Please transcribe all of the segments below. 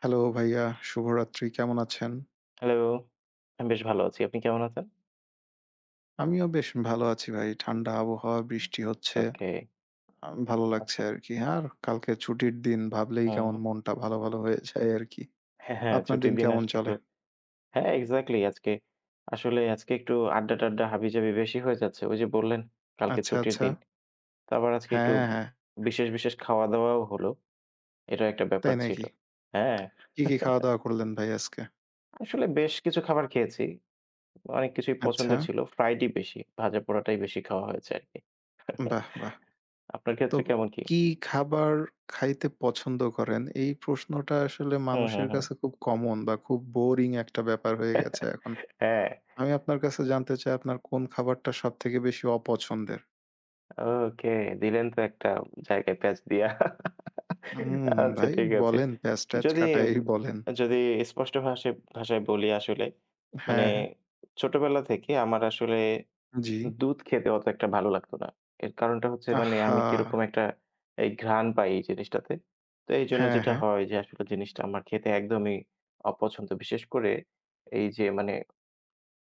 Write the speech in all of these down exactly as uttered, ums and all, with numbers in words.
Hello ভাইয়া, শুভরাত্রি। কেমন আছেন? হ্যালো। আমি বেশ ভালো আছি। আপনি কেমন আছেন? আমিও বেশ ভালো আছি ভাই। ঠান্ডা আবহাওয়া, বৃষ্টি হচ্ছে। ওকে, আ ভালো লাগছে আচ্ছা। আরকি। আর কালকে ছুটির দিন ভাবলেই হুম, কেমন হুম। মনটা ভালো, ভালো হয়ে যায় আরকি। হ্যাঁ, হ্যাঁ, আপনার ছুটির দিন দিন কেমন আসলে চলে? তো হ্যাঁ, এক্সাক্টলি আজকে আসলে আজকে একটু আড্ডা-টাড্ডা হাবিজাবি বেশি হয়ে যাচ্ছে। ওই যে বললেন কালকে আচ্ছা, ছুটির আচ্ছা। দিন। তো আবার আজকে একটু হ্যাঁ, হ্যাঁ। বিশেষ, বিশেষ খাওয়া-দাওয়াও হলো। এটাও একটা তাই ব্যাপার ছিল। নাকি? হ্যাঁ। কি, কি খাওয়া-দাওয়া করলেন ভাই আজকে? আসলে বেশ কিছু খাবার খেয়েছি। অনেক কিছুই আচ্ছা। পছন্দের ছিল। ফ্রাইডই বেশি। ভাজা-পোড়াটাই বেশি খাওয়া হয়েছে আরকি। বাহ! বাহ! আপনার তো ক্ষেত্রে কেমন কি? কি খাবার খাইতে পছন্দ করেন? এই প্রশ্নটা আসলে হুম, হুম, মানুষের হুম। কাছে খুব কমন বা খুব বোরিং একটা ব্যাপার হয়ে গেছে এখন। হ্যাঁ। আমি আপনার কাছে জানতে চাই আপনার কোন খাবারটা সবথেকে বেশি অপছন্দের? ওকে, দিলেন তো একটা জায়গায় প্যাঁচ দিয়া। হুম, আচ্ছা ভাই ঠিক আছে। বলেন প্যাঁচ-ট্যাঁচ যদি, কাটাই বলেন। যদি স্পষ্ট ভাষায় ভাষায় বলি আসলে, মানে হ্যাঁ, হ্যাঁ। ছোটবেলা থেকে আমার আসলে জি। দুধ খেতে অত একটা ভালো লাগতো না। এর কারণটা হচ্ছে মানে আমি আহা! কিরকম একটা এই ঘ্রাণ পাই এই জিনিসটাতে। তো এইজন্য হ্যাঁ, যেটা হ্যাঁ। হয় যে আসলে জিনিসটা আমার খেতে একদমই অপছন্দ। বিশেষ করে এই যে মানে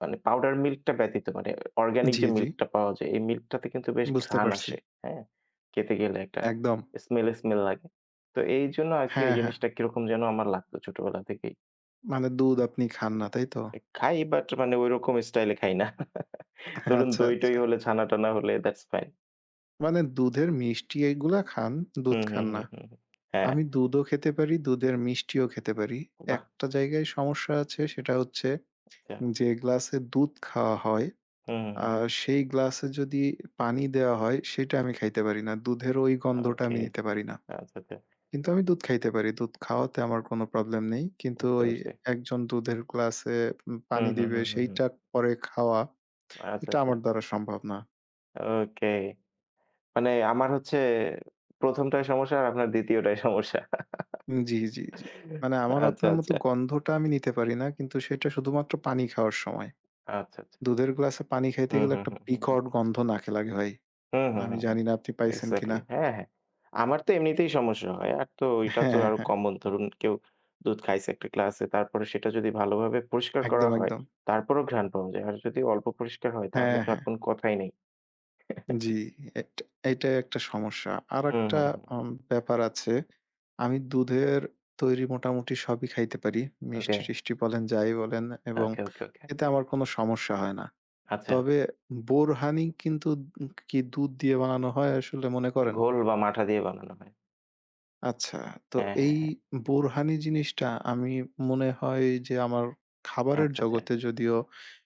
মানে পাউডার মিল্কটা ব্যতীত মানে অর্গানিক জি, যে জি। মিল্কটা পাওয়া যায়, এই মিল্কটাতে কিন্তু বেশ বুঝতে ঘ্রাণ পারছি। আসে। হ্যাঁ? খেতে গেলে একটা একদম। স্মেল, স্মেল লাগে। তো এইজন্য আরকি এই জন্য আর কি ওই হ্যাঁ, হ্যাঁ। জিনিসটা কিরকম যেন আমার লাগতো ছোটবেলা থেকেই। মানে দুধ আপনি খান না, তাই তো? এ খাই বাট মানে ঐরকম স্টাইলে খাই না। হ্যাঁ, ধরুন আচ্ছা, দই-টই আচ্ছা। হলে, ছানা-টানা হলে দ্যাটস ফাইন। মানে দুধের মিষ্টি এগুলা খান, দুধ হুম, হুম, খান হুম, না। হুম, হুম। হ্যাঁ, আমি দুধও খেতে পারি, দুধের মিষ্টিও খেতে পারি। বাহ! একটা জায়গায় সমস্যা আছে, সেটা হচ্ছে আচ্ছা। যে গ্লাসে দুধ খাওয়া হয় হুম, হুম, আ হুম। সেই গ্লাসে যদি পানি দেওয়া হয় সেটা আমি খাইতে পারি না। দুধের ওই গন্ধটা ওকে। আমি নিতে পারি না। আচ্ছা, আচ্ছা। কিন্তু আমি দুধ খাইতে পারি। দুধ খাওয়াতে আমার কোনো প্রবলেম নেই। কিন্তু বুঝতে ওই পারছি। একজন দুধের গ্লাসে উম হুম, পানি হুম, দিবে হুম, হুম, হুম। সেইটা পরে খাওয়া আচ্ছা, এটা আচ্ছা। আমার দ্বারা সম্ভব না। ওকে। মানে আমার হচ্ছে ১ম টায় সমস্যা আর আপনার ২য় টায় সমস্যা। উম জি, জি, জি। মানে আমার আচ্ছা, আপনার মতো আচ্ছা, গন্ধটা আমি নিতে পারি না। কিন্তু সেটা শুধুমাত্র পানি খাওয়ার সময়। আচ্ছা, আচ্ছা। দুধের গ্লাসে পানি খাইতে হুম, গেলে হুম, একটা হুম, হুম, হুম। বিকট গন্ধ নাকে লাগে ভাই। হুম, হুম, আমি হুম, হুম। জানি না আপনি পাইছেন কিনা? এক্সাক্টলি। হ্যাঁ, হ্যাঁ। আমার তো এমনিতেই সমস্যা হয়। আর তো এটা তো হ্যাঁ, আরো হ্যাঁ। হ্যাঁ। কমন ধরুন কেউ দুধ খাইছে একটা গ্লাসে তারপরে সেটা যদি ভালোভাবে পরিষ্কার করা একদম, হয়, একদম। তারপরেও ঘ্রাণ পাওয়া যায়। আর যদি অল্প পরিষ্কার হয় তাহলে হ্যাঁ, তো আর হ্যাঁ। কোন কথাই নেই। জি, এট এটাই একটা সমস্যা। হুম, আরেকটা হুম, হুম। উম ব্যাপার আছে। আমি দুধের তৈরি মোটামুটি সবই খাইতে পারি। ওকে, মিষ্টি-টিষ্টি বলেন, যাই বলেন, এবং ওকে, ওকে, ওকে। এতে আমার কোনো সমস্যা হয় না। আচ্ছা, তবে বোরহানি কিন্তু কি দুধ দিয়ে বানানো হয় আসলে মনে করেন? ঘোল বা মাঠা দিয়ে বানানো হয়। আচ্ছা, তো হ্যাঁ, হ্যাঁ, এই হ্যাঁ। বোরহানি জিনিসটা আমি মনে হয় যে আমার খাবারের আচ্ছা, আচ্ছা। জগতে, যদিও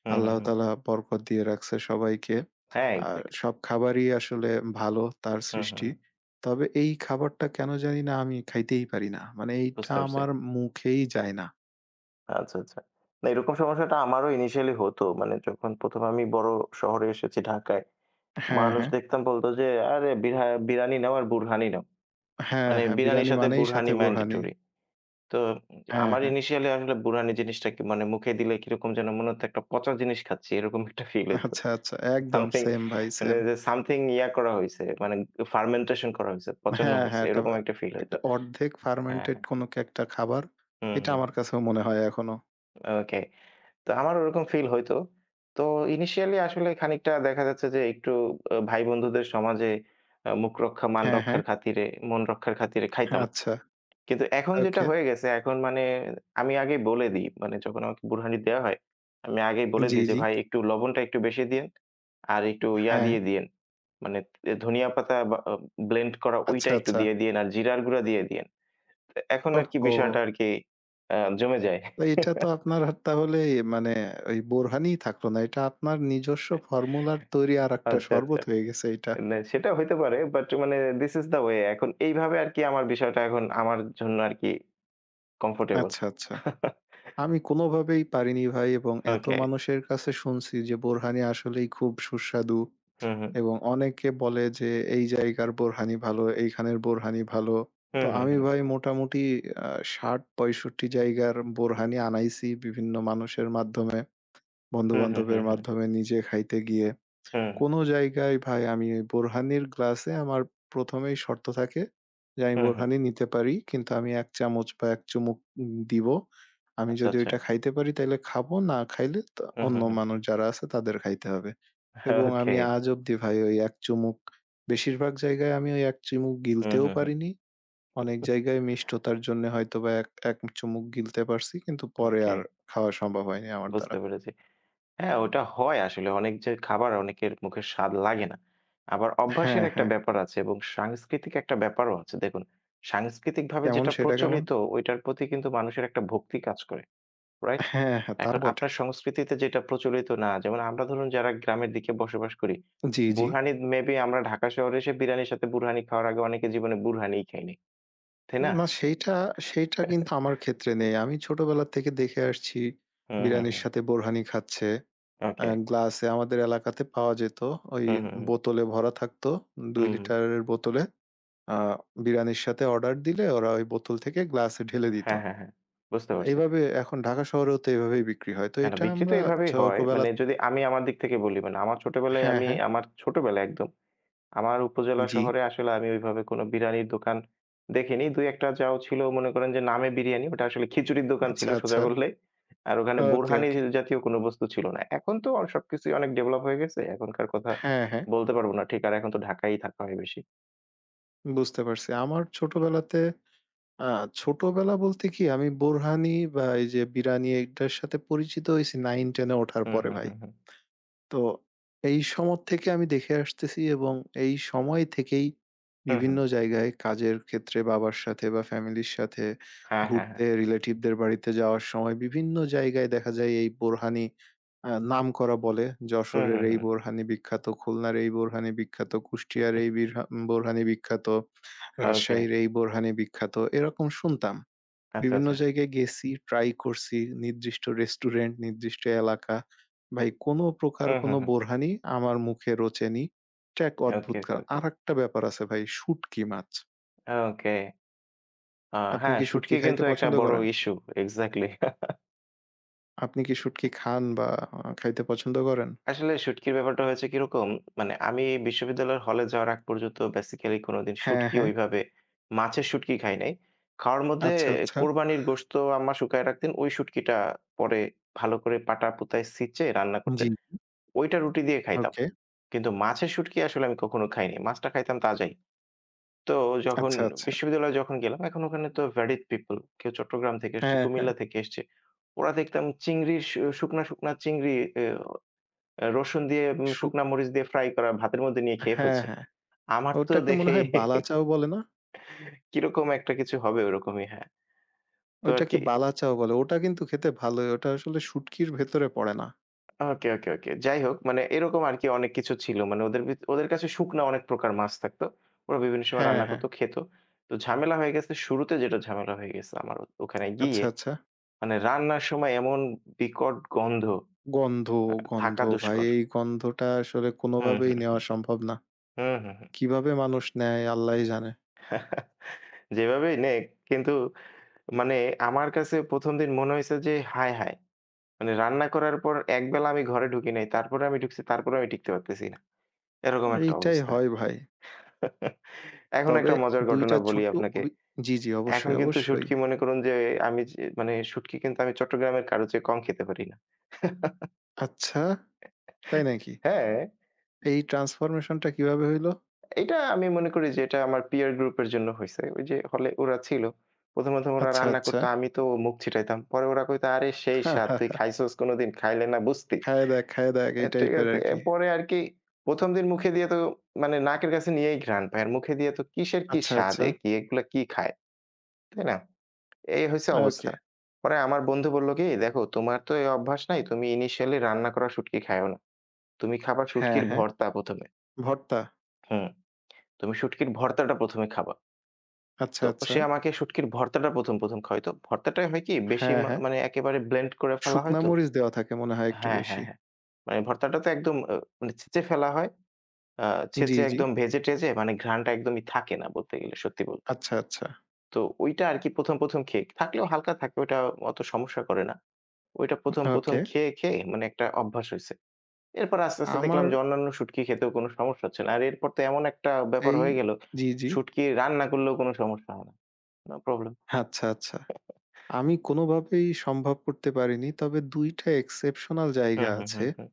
হুম, হুম, আল্লাহ হুম। তাআলা বরকত দিয়ে রাখছে সবাইকে। হ্যাঁ, আর এক্সাক্টলি। সব খাবারই আসলে ভালো, তার হুম, হুম, সৃষ্টি। হুম। তবে এই খাবারটা কেন জানি না আমি খাইতেই পারি না। মানে এইটা বুঝতে পারছি। আমার মুখেই যায় না। আচ্ছা, আচ্ছা। না এরকম সমস্যাটা আমারও initially হতো। মানে যখন ১ম আমি বড় শহরে এসেছি ঢাকায়, হ্যাঁ, মানুষ হ্যাঁ। দেখতাম বলত যে, "আরে বিরা বিরানি নাও আর বুরহানি নাও।" হ্যাঁ, মানে হ্যাঁ, বিরানির বিরানি সাথে মানেই বুরহানি সাথে বোরহানি। ম্যান্ডেটরি। তো হ্যাঁ, আমার হ্যাঁ। initially আসলে বুরহানি জিনিসটা কি মানে মুখে দিলে কিরকম যেন মনে হতো একটা পচা জিনিস খাচ্ছি। এরকম একটা ফিল হইতো। আচ্ছা, আচ্ছা। একদম সামথিং সেম ভাই, মানে সেম। যে সামথিং ইয়া করা হইছে মানে ফার্মেন্টেশন করা হইছে, পচানো হ্যাঁ, হইছে। হ্যাঁ। এটা এরকম আ একটা ফিল একটা হইতো। অর্ধেক হ্যাঁ, ফার্মেন্টেড হ্যাঁ। কোনো কে একটা খাবার। হুম, এটা হুম, আমার হুম। কাছেও মনে হয় এখনো। ওকে। তো আমার ওরকম ফিল হইতো। তো ইনিশিয়ালি আসলে খানিকটা দেখা যাচ্ছে যে একটু আ ভাই বন্ধুদের সমাজে আ মুখ রক্ষা মান হ্যাঁ, হ্যাঁ। রক্ষার খাতিরে, মন রক্ষার খাতিরে হ্যাঁ, খাইতাম। আচ্ছা। কিন্তু এখন যেটা ওকে। হয়ে গেছে এখন মানে আমি আগেই বলে দিই। মানে যখন আমাকে বুড়হানি দেয়া হয়, আমি আগেই বলে জি, দিই যে, জি। "ভাই একটু লবণটা একটু বেশি দিয়েন, আর একটু ইয়া হ্যাঁ। দিয়ে দিয়েন। মানে এ ধনিয়া পাতা বা আ ব্লেন্ড করা ওইটা আচ্ছা, একটু আচ্ছা। দিয়ে দিয়েন আর জিরার গুঁড়া দিয়ে দিয়েন।" এখন আরকি ওহহো! বিষয়টা আরকি আ জমে যায়। তো এটা তো আপনার আর তাহলে মানে ওই বোরহানি থাকলো না। এটা আপনার নিজস্ব ফর্মুলার তৈরি আরেকটা আচ্ছা, আচ্ছা। শরবত হয়ে গেছে এটা। না, সেটা হইতে পারে। বাট মানে দিস ইস দ্যা ওয়ে। এখন এইভাবে আরকি আমার বিষয়টা এখন আমার জন্য আরকি কমফোর্টেবল। আচ্ছা, আচ্ছা। আমি কোনোভাবেই পারিনি ভাই, এবং এত ওকে। মানুষের কাছে শুনছি যে বোরহানি আসলেই খুব সুস্বাদু। হুম, হুম। এবং অনেকে বলে যে, "এই জায়গার বোরহানি ভালো, এইখানের বোরহানি ভালো।" তো হুম, হুম, আমি হুম। ভাই মোটামুটি আ ষাট পঁয়ষট্টি জায়গার বোরহানি আনাইছি বিভিন্ন মানুষের মাধ্যমে, হুম, হুম, হুম, বন্ধু-বান্ধবের হুম। মাধ্যমে, নিজে খাইতে গিয়ে। হুম, কোনো জায়গায় ভাই আমি ওই বোরহানির গ্লাসে আমার ১ম এই শর্ত থাকে যে, আমি হুম, হুম। বোরহানি নিতে পারি কিন্তু আমি এক চামচ বা এক চুমুক উম দিবো। আমি আচ্ছা, যদি আচ্ছা। ওইটা খাইতে পারি তাইলে খাবো, না খাইলে তা হুম, অন্য হুম, হুম। মানুষ যারা আছে তাদের খাইতে হবে। এবং আমি ওকে। আজ অব্দি ভাই ওই এক চুমুক, বেশিরভাগ জায়গায় আমি ওই এক চুমুক হুম, গিলতেও হুম, হুম। পারিনি। অনেক জায়গায় মিষ্টতার জন্যে হয়তোবা এক এক চুমুক গিলতে পারছি কিন্তু পরে ওকে, আর খাওয়া সম্ভব হয়নি আমার দ্বারা। বুঝতে পেরেছি। হ্যাঁ, ওটা হয় আসলে। অনেক যে খাবার অনেকের মুখে স্বাদ লাগে না। আবার অভ্যাসের হ্যাঁ, একটা হ্যাঁ। ব্যাপার আছে এবং সাংস্কৃতিক একটা ব্যাপারও আছে। দেখুন, সাংস্কৃতিকভাবে কেমন, যেটা সেটা কেমন? প্রচলিত, ওইটার প্রতি কিন্তু মানুষের একটা ভক্তি কাজ করে। রাইট? হ্যাঁ, হ্যাঁ, তা এখন বটে। আপনার সংস্কৃতিতে যেটা প্রচলিত না, যেমন আমরা ধরুন যারা গ্রামের দিকে বসবাস করি, জি, জি। বুরহানি মেবি আমরা ঢাকা শহরে এসে বিরিয়ানির সাথে বুরহানি খাওয়ার আগে অনেকে জীবনে বুরহানিই খাইনি। তাই না? না সেইটা, সেইটা, কিন্তু আমার ক্ষেত্রে নেই। আমি ছোটবেলা থেকে দেখে আসছি হুম, হুম, বিরিয়ানির হুম। সাথে বোরহানি খাচ্ছে। অ্যা ওকে। গ্লাসে আমাদের এলাকাতে পাওয়া যেত। ওই হুম, হুম, হুম। বোতলে ভরা থাকতো দুই হুম, হুম। লিটারের বোতলে। আ বিরানির সাথে অর্ডার দিলে ওরা ওই বোতল থেকে গ্লাসে ঢেলে দিত। হ্যাঁ, হ্যাঁ, হ্যাঁ। বুঝতে পারছি। এভাবে এখন ঢাকা শহরেও তো এভাবেই বিক্রি হয়। তো হ্যাঁ, না এটা বিক্রি তো আমরা এভাবেই হয়। ছোটবেলা। মানে যদি আমি আমার দিক থেকে বলি, মানে আমার ছোটবেলায় হ্যাঁ, আমি হ্যাঁ। আমার ছোটবেলায় একদম আমার উপজেলা জি। শহরে আসলে আমি ওইভাবে কোনো বিরিয়ানির দোকান দেখিনি। দুই এক টা যাও ছিল মনে করেন যে নামে বিরিয়ানি, ওটা আসলে খিচুড়ির দোকান ছিল আচ্ছা, সোজা আচ্ছা। বললে। আর ওখানে ওকে, বোরহানি ওকে। জাতীয় কোনো বস্তু ছিল না। এখন তো সবকিছুই অনেক ডেভেলপ হয়ে গেছে। এখনকার কথা হ্যাঁ, হ্যাঁ। বলতে পারব না ঠিক। আর এখন তো ঢাকায়ই থাকা হয় বেশি। বুঝতে পারছি। আমার ছোটবেলাতে আ ছোটবেলা বলতে কি, আমি বোরহানি বা এই যে বিরানি এটার সাথে পরিচিত হইছি নাইন টেন এ ওঠার হুম, পরে হুম, ভাই। হুম, হুম। তো এই সমর থেকে আমি দেখে আসতেছি, এবং এই সময় থেকেই হুম, হুম। বিভিন্ন জায়গায় কাজের ক্ষেত্রে বাবার সাথে বা ফ্যামিলির সাথে হ্যাঁ, হ্যাঁ, হ্যাঁ। ঘুরতে, রিলেটিভদের বাড়িতে যাওয়ার সময় বিভিন্ন জায়গায় দেখা যায় এই বোরহানি আ নামকরা বলে, হুম, যশোরের হুম, এই হুম। বোরহানি বিখ্যাত, খুলনার এই বোরহানি বিখ্যাত, কুষ্টিয়ার এই বিরহা বোরহানি বিখ্যাত, ওকে। রাজশাহীর এই বোরহানি বিখ্যাত, এরকম শুনতাম। আচ্ছা, বিভিন্ন আচ্ছা। জায়গায় গেছি, ট্রাই করছি, নির্দিষ্ট রেস্টুরেন্ট, নির্দিষ্ট এলাকা। ভাই কোনো প্রকার হুম, হুম, কোনো হুম। বোরহানি আমার মুখে রোচেনি। এটা এক ওকে, অদ্ভুত কা ওকে, ওকে। আরেকটা ব্যাপার আছে ভাই, শুঁটকি মাছ। ওকে। আ আপনি হ্যাঁ, কি শুঁটকি শুটকি কিন্তু খাইতে একটা পছন্দ বড় করেন? ইস্যু। এক্সাক্টলি। আপনি কি শুঁটকি খান বা আ খাইতে পছন্দ করেন? আসলে শুটকির ব্যাপারটা হয়েছে কিরকম, মানে আমি বিশ্ববিদ্যালয়ের হলে যাওয়ার আগ পর্যন্ত বেসিক্যালি কোনোদিন হ্যাঁ, শুটকি হ্যাঁ। ওইভাবে মাছের শুটকি খাই নাই। খাওয়ার মধ্যে আচ্ছা, আচ্ছা। কোরবানির গোশত আম্মা শুকায় রাখতেন। ওই শুটকিটা পরে ভালো করে পাটা-পুতায় ছেঁচে রান্না জি। করতেন। ওইটা রুটি দিয়ে খাইতাম। ওকে। কিন্তু মাছের শুটকি আসলে আমি কখনো খাইনি। মাছটা খাইতাম তাজাই। তো যখন আচ্ছা, আচ্ছা। বিশ্ববিদ্যালয়ে যখন গেলাম, এখন ওখানে তো ভ্যারিড পিপল। কেউ চট্টগ্রাম থেকে এসছে, হ্যাঁ, হ্যাঁ। কুমিল্লা থেকে এসছে। ওরা দেখতাম চিংড়ির শু শুকনা, শুকনা চিংড়ি এ অ্যা রসুন দিয়ে উম শুক শুকনা মরিচ দিয়ে ফ্রাই করা ভাতের মধ্যে নিয়ে খেয়ে হ্যাঁ, ফেলছে। হ্যাঁ। আমার তো ওটাকে মনে দেখেই হয় বালাচাও বলে না? কিরকম একটা কিছু হবে ওরকমই, হ্যাঁ। তো ওইটাকে আরকি বালাচাও বলে। ওটা কিন্তু খেতে ভালোই। ওটা আসলে শুঁটকির ভেতরে পড়ে না। ওকে, ওকে, ওকে। যাই হোক মানে এরকম আরকি অনেক কিছু ছিল। মানে ওদের ভিত ওদের কাছে শুকনা অনেক প্রকার মাছ থাকতো। ওরা বিভিন্ন সময় হ্যাঁ, রান্না হ্যাঁ। করত, খেত। তো ঝামেলা হয়ে গেছে শুরুতে যেটা ঝামেলা হয়ে গেছে আমার ও ওখানে আচ্ছা, গিয়ে আচ্ছা। মানে রান্নার সময় এমন বিকট গন্ধ গন্ধ, আ গন্ধ থাকা ভাই, দুষ্কর। এই গন্ধটা আসলে হুম, কোনোভাবেই হুম, নেওয়া সম্ভব না। হুম, হুম, হুম, কিভাবে মানুষ নেয় আল্লাহই জানে। হুম। যেভাবেই নে কিন্তু মানে আমার কাছে ১ম দিন মনে হইছে যে, হায়, হায়! মানে রান্না করার পর একবেলা আমি ঘরে ঢুকি নাই। তারপরে আমি ঢুকছি, তারপরেও আমি টিকতে পারতেছি না। এরকম একটা এইটাই অবস্থা। হয় ভাই। এখন তবে একটা মজার দুই ঘটনা টা বলি ছোট্ট আপনাকে। অভি জি, জি, এখন অবশ্যই, কিন্তু অবশ্যই। শুটকি মনে করুন যে আমি যে মানে শুটকি কিন্তু আমি চট্টগ্রামের কারো চেয়ে কম খেতে পারি না। আচ্ছা, তাই নাকি? হ্যাঁ, এই ট্রান্সফরমেশন টা কিভাবে হইল? এটা আমি মনে করি যে এটা আমার পিয়ার গ্রুপের জন্য হইছে। ওই যে হলে ওরা ছিল। ১ম, ১ম ওরা আচ্ছা, রান্না আচ্ছা। করত, আমি তো মুখ ছিটাইতাম। পরে ওরা কইতো, "আরে সেই স্বাদ! তুই খাইছস কোনোদিন? খাইলে না বুঝতি।" খায়ে দেখ, খায়ে দেখ, অ্যা এই ঠিক টাইপের আছে। আরকি। এরপরে আর কি ১ম দিন মুখে দিয়ে তো মানে নাকের কাছে নিয়েই ঘ্রাণ পায়। আর মুখে দিয়ে তো কিসের কি আচ্ছা, স্বাদ, আচ্ছা। এ কি এগুলা কি খায়? তাই না? এই হইছে ওকে। অবস্থা। পরে আমার বন্ধু বলল কি, "দেখো তোমার তো এই অভ্যাস নাই। তুমি initially রান্না করা শুটকি খাইও না। তুমি খাবা হ্যাঁ, শুটকির হ্যাঁ। ভর্তা ১ম এ। ভর্তা। হুম, তুমি শুটকির ভর্তাটা ১ম এ খাবা।" আচ্ছা, তো আচ্ছা। সে আমাকে শুটকির ভর্তাটা ১ম, ১ম খাওয়াইতো। ভর্তাটাই হয় কি বেশি হ্যাঁ, মা হ্যাঁ। মানে একেবারে ব্লেন্ড করে ফেলা হয় শুকনা তো মরিচ দেওয়া থাকে মনে হয় একটু হ্যাঁ, হ্যাঁ, বেশি। হ্যাঁ। মানে ভর্তাটা তো একদম অ মানে ছেঁচে ফেলা হয়। আ জি, ছেঁচে জি। একদম ভেজে-টেজে মানে ঘ্রাণটা একদমই থাকে না বলতে গেলে, সত্যি বলতে। আচ্ছা, আচ্ছা। তো ওইটা আরকি ১ম, ১ম খেয়ে থাকলেও হালকা থাকে, ওইটা অত সমস্যা করে না। ওইটা ১ম, ১ম ওকে। খেয়ে, খেয়ে মানে একটা অভ্যাস হইছে। এরপর আস্তে, আস্তে আমার দেখলাম যে অন্যান্য শুটকি খেতেও কোনো সমস্যা হচ্ছে না। আর এরপর তো এমন একটা ব্যাপার এই হয়ে গেল, জি, জি। শুটকি রান্না করলেও কোনো সমস্যা হয় না। No problem. আচ্ছা, আচ্ছা। আমি কোনোভাবেই সম্ভব করতে পারিনি। তবে দুই টা এক্সেপশনাল হুম, জায়গা হুম, আছে। হুম, হুম।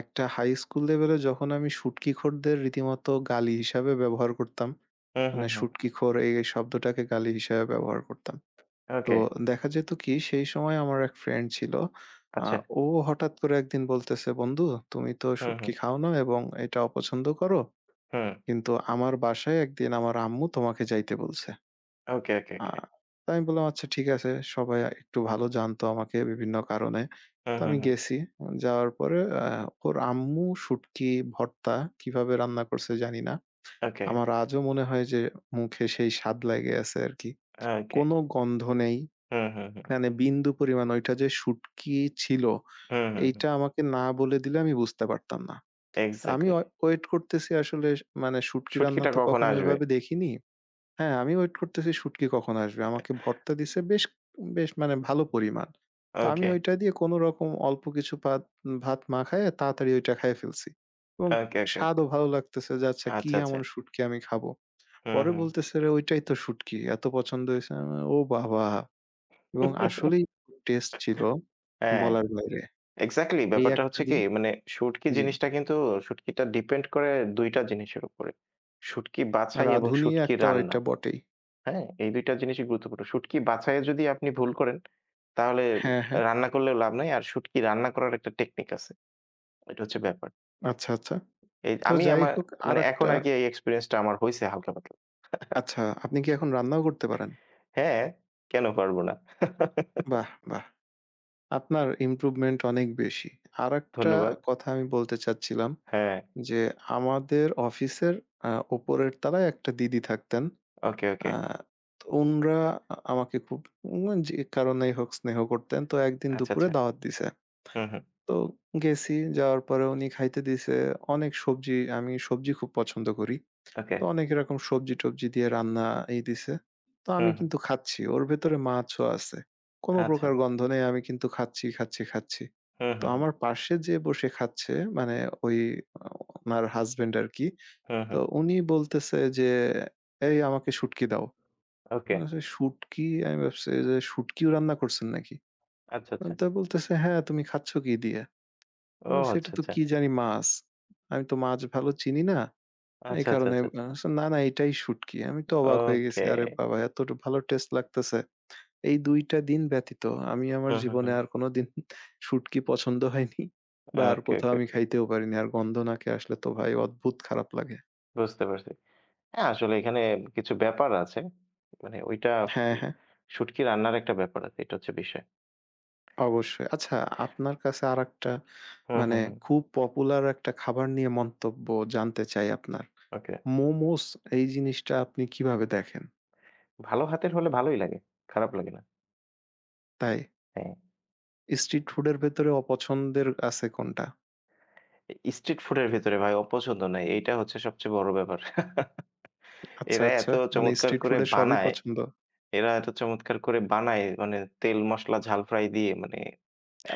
একটা হাই স্কুল লেভেলে যখন আমি শুটকিখোরদের রীতিমতো গালি হিসাবে ব্যবহার করতাম। হুম, হুম, মানে হুম। শুটকিখোর, এই শব্দটাকে গালি হিসাবে ব্যবহার করতাম। তো ওকে। দেখা যেত কি সেই সময় আমার এক ফ্রেন্ড ছিল। আ আচ্ছা। ও হঠাৎ করে একদিন বলতেছে, "বন্ধু, তুমি তো হুম, হুম, শুটকি খাও না এবং এটা অপছন্দ করো। হুম। কিন্তু আমার বাসায় একদিন আমার আম্মু তোমাকে যাইতে বলছে।" ওকে, ওকে, আ ওকে। তো আমি বললাম, "আচ্ছা ঠিক আছে।" সবাই একটু ভালো জানতো আমাকে বিভিন্ন কারণে। হুম, তো হুম, আমি হুম। গেছি। যাওয়ার পরে আ ওর আম্মু শুটকি ভর্তা কিভাবে রান্না করছে জানি না। ওকে, আমার আজও মনে হয় যে মুখে সেই স্বাদ লেগে আছে আরকি। ওকে। কোনো গন্ধ নেই। হুম, হুম, হুম। মানে বিন্দু পরিমাণ ওইটা যে শুটকি ছিল, হুম, হুম, হুম। এইটা আমাকে না বলে দিলে আমি বুঝতে পারতাম না। তা আমি এক্সাক্টলি। ওয়ে ওয়েট করতেছি আসলে, মানে শুটকি রান্না শুটকিটা তো কখন কখনো আসবে? এভাবে দেখিনি। হ্যাঁ, আমি ওয়েট করতেছি শুটকি কখন আসবে। আমাকে ভর্তা দিছে বেশ, বেশ মানে ভালো পরিমাণ। তো আমি ওকে, ওইটা দিয়ে কোন রকম অল্প কিছু ভাত, ভাত মাখায়ে তাড়াতাড়ি ওইটা খাইয়ে ফেলছি। এবং ওকে, ওকে, ওকে। স্বাদও ভালো লাগতেছে যে আচ্ছা কি আচ্ছা, আচ্ছা। এমন শুটকি আমি খাবো। হুম, পরে হুম। বলতেছে রে ওইটাই তো শুটকি। এত পছন্দ হয়েছে। আমি বললাম, ও বাবা! এবং আসলেই টেস্ট ছিল হ্যাঁ, বলার বাইরে। এক্সাক্টলি এই ব্যাপারটা একটা হচ্ছে কি দিন। মানে শুটকি জি, জিনিসটা কিন্তু শুটকিটা ডিপেন্ড করে দুই টা জিনিসের উপরে। শুটকি বাছাই এবং রাঁধুনি শুটকি একটা রান্না। ওইটা বটেই। হ্যাঁ? এই দুই টা জিনিসই গুরুত্বপূর্ণ। শুটকি বাছাইয়ে যদি আপনি ভুল করেন তাহলে হ্যাঁ, হ্যাঁ। রান্না করলেও লাভ নাই। আর শুটকি রান্না করার একটা টেকনিক আছে। এটা হচ্ছে ব্যাপার। আচ্ছা, আচ্ছা। এই তো আমি যাই আমার হোক মানে এখন আরেকটা। আরকি এই এক্সপেরিয়েন্সটা আমার হইছে হালকা পাতলা। আচ্ছা, আপনি কি এখন রান্নাও করতে পারেন? হ্যাঁ, কেন পারব না? বাহ! বাহ! আপনার ইমপ্রুভমেন্ট অনেক বেশি। আরেকটা ধন্যবাদ। কথা আমি বলতে চাচ্ছিলাম হ্যাঁ। যে, আমাদের অফিসের আ উপরের তলায় একটা দিদি থাকতেন। ওকে, ওকে। আ তো উনরা আ আমাকে খুব উম যে কারণেই হোক স্নেহ করতেন। তো একদিন আচ্ছা, দুপুরে আচ্ছা। দাওয়াত দিছে। হুম, হুম। তো গেছি, যাওয়ার পরে উনি খাইতে দিছে অনেক সবজি। আমি সবজি খুব পছন্দ করি। ওকে। তো অনেক এরকম সবজি-টবজি দিয়ে রান্না এই দিছে। তো আমি হুম, হুম। কিন্তু খাচ্ছি। ওর ভেতরে মাছও আছে। কোন আচ্ছা। প্রকার গন্ধ নেই। আমি কিন্তু খাচ্ছি, খাচ্ছি, খাচ্ছি। হুম, তো হুম, হুম। আমার পাশে যে বসে খাচ্ছে মানে ওই আ ওনার হাসব্যান্ড আরকি। হুম, তো হুম। উনি বলতেছে যে, "এই আমাকে শুটকি দাও।" ওকে। আমি বলছি, "শুটকি?" আমি ভাবছি যে শুটকিও রান্না করছেন নাকি? আচ্ছা, আচ্ছা। তো বলতেছে, "হ্যাঁ, তুমি খাচ্ছ কি দিয়ে?" আমি ও বলছি, আচ্ছা, "এটা তো আচ্ছা। কি জানি মাছ। আমি তো মাছ ভালো চিনি না।" এই আচ্ছা, আচ্ছা, কারণে আচ্ছা, আচ্ছা। আ না, না, এটাই শুটকি। আমি তো অবাক হয়ে গেছি। ওকে। আরে বাবা! এত ভালো টেস্ট লাগতেছে। এই দুই টা দিন ব্যতীত আমি আমার হুম, হুম, জীবনে হুম। আর কোনদিন শুটকি পছন্দ হয়নি বা আর ওকে, কোথাও ওকে, আমি ওকে। খাইতেও পারিনি। আর গন্ধ নাকে আসলে তো ভাই অদ্ভুত খারাপ লাগে। বুঝতে পারছি। হ্যাঁ, আসলে এখানে কিছু ব্যাপার আছে। মানে ওইটা হ্যাঁ, উম হ্যাঁ, শুটকি রান্নার একটা ব্যাপার আছে। এটা হচ্ছে বিষয়। অবশ্যই। আচ্ছা আপনার কাছে আরেকটা হুম, মানে হুম, হুম। খুব পপুলার একটা খাবার নিয়ে মন্তব্য জানতে চাই আপনার। ওকে। মোমোস এই জিনিসটা আপনি কিভাবে দেখেন? ভালো হাতের হলে ভালোই লাগে। খারাপ লাগে না। তাই? হ্যাঁ। স্ট্রিট ফুড এর ভেতরে অপছন্দের আছে কোনটা? এ স্ট্রিট ফুড এর ভেতরে ভাই অপছন্দ নাই। এইটা হচ্ছে সবচেয়ে বড় ব্যাপার। আচ্ছা, এরা আচ্ছা। এত মানে চমৎকার স্ট্রিট করে ফুডের সবই বানায় পছন্দ। এরা এত চমৎকার করে বানায় মানে তেল, মসলা, ঝাল ফ্রাই দিয়ে মানে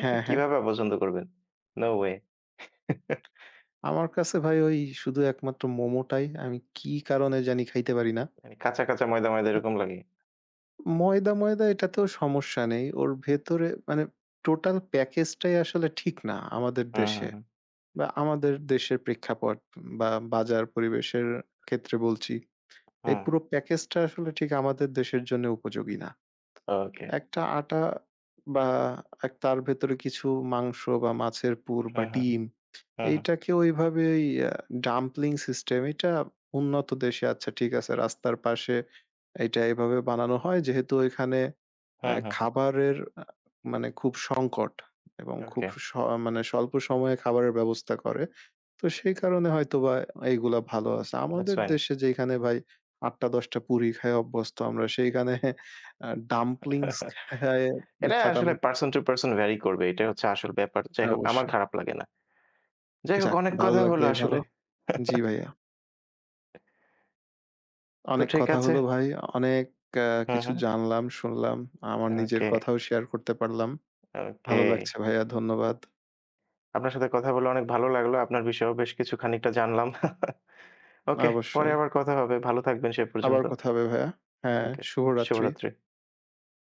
আপনি হ্যাঁ। কিভাবে অপছন্দ করবেন? No way. আমার কাছে ভাই ওই শুধু একমাত্র মোমোটাই আমি কি কারণে জানি খাইতে পারি না। মানে কাঁচা, কাঁচা ময়দা, ময়দা মানে এরকম লাগে। ময়দা, ময়দা এটাতেও সমস্যা নেই। ওর ভেতরে মানে টোটাল প্যাকেজটাই আসলে ঠিক না আমাদের হুম, হুম, দেশে হুম, বা আমাদের দেশের প্রেক্ষাপট বা বাজার পরিবেশের ক্ষেত্রে বলছি। এই হুম। পুরো প্যাকেজটা আসলে ঠিক আমাদের দেশের জন্য উপযোগী না। ওকে। একটা আটা বা এক তার ভেতরে কিছু মাংস বা মাছের পুর হুম, বা হুম, ডিম হুম, হুম, এইটাকে ওইভাবে ওই আ ডাম্পলিং সিস্টেম এটা উন্নত দেশে, আচ্ছা ঠিক আছে রাস্তার পাশে এটা এভাবে বানানো হয় যেহেতু ওইখানে আ হুম, হুম, হুম। খাবারের আ মানে খুব সংকট এবং খুব ওকে। স মানে স্বল্প সময়ে খাবারের ব্যবস্থা করে। তো সেই কারণে হয়তোবা এইগুলা ভালো আছে। দ্যাটস আমাদের ফাইন। দেশে যেখানে ভাই আট দশটা পুরি খায় অভ্যস্ত আমরা, সেইখানে আ ডাম্পলিংস খায়ে এটা আসলে কাটানোটা পারসন কষ্ট। টু পারসন ভ্যারি করবে। এটাই হচ্ছে আসল ব্যাপার। যাই হোক আমার অবশ্যই। খারাপ লাগে না। যাই হোক যাক, অনেক ভালো কথা হলো লাগলেই আসলে। ভালো। জি ভাইয়া। তো অনেক ঠিক কথা আছে। হলো ভাই। অনেক আ হুম, কিছু হুম। জানলাম, শুনলাম। আমার নিজের ওকে, কথাও শেয়ার করতে পারলাম। ওকে। ভালো লাগছে ভাইয়া, ধন্যবাদ। আপনার সাথে কথা বলে অনেক ভালো লাগলো। আপনার বিষয়েও বেশ কিছু খানিকটা জানলাম। ওকে, পরে অবশ্যই। আবার কথা হবে। ভালো থাকবেন সে আবার পর্যন্ত। কথা হবে ভাইয়া। হ্যাঁ, ওকে, শুভরাত্রি। শুভরাত্রি।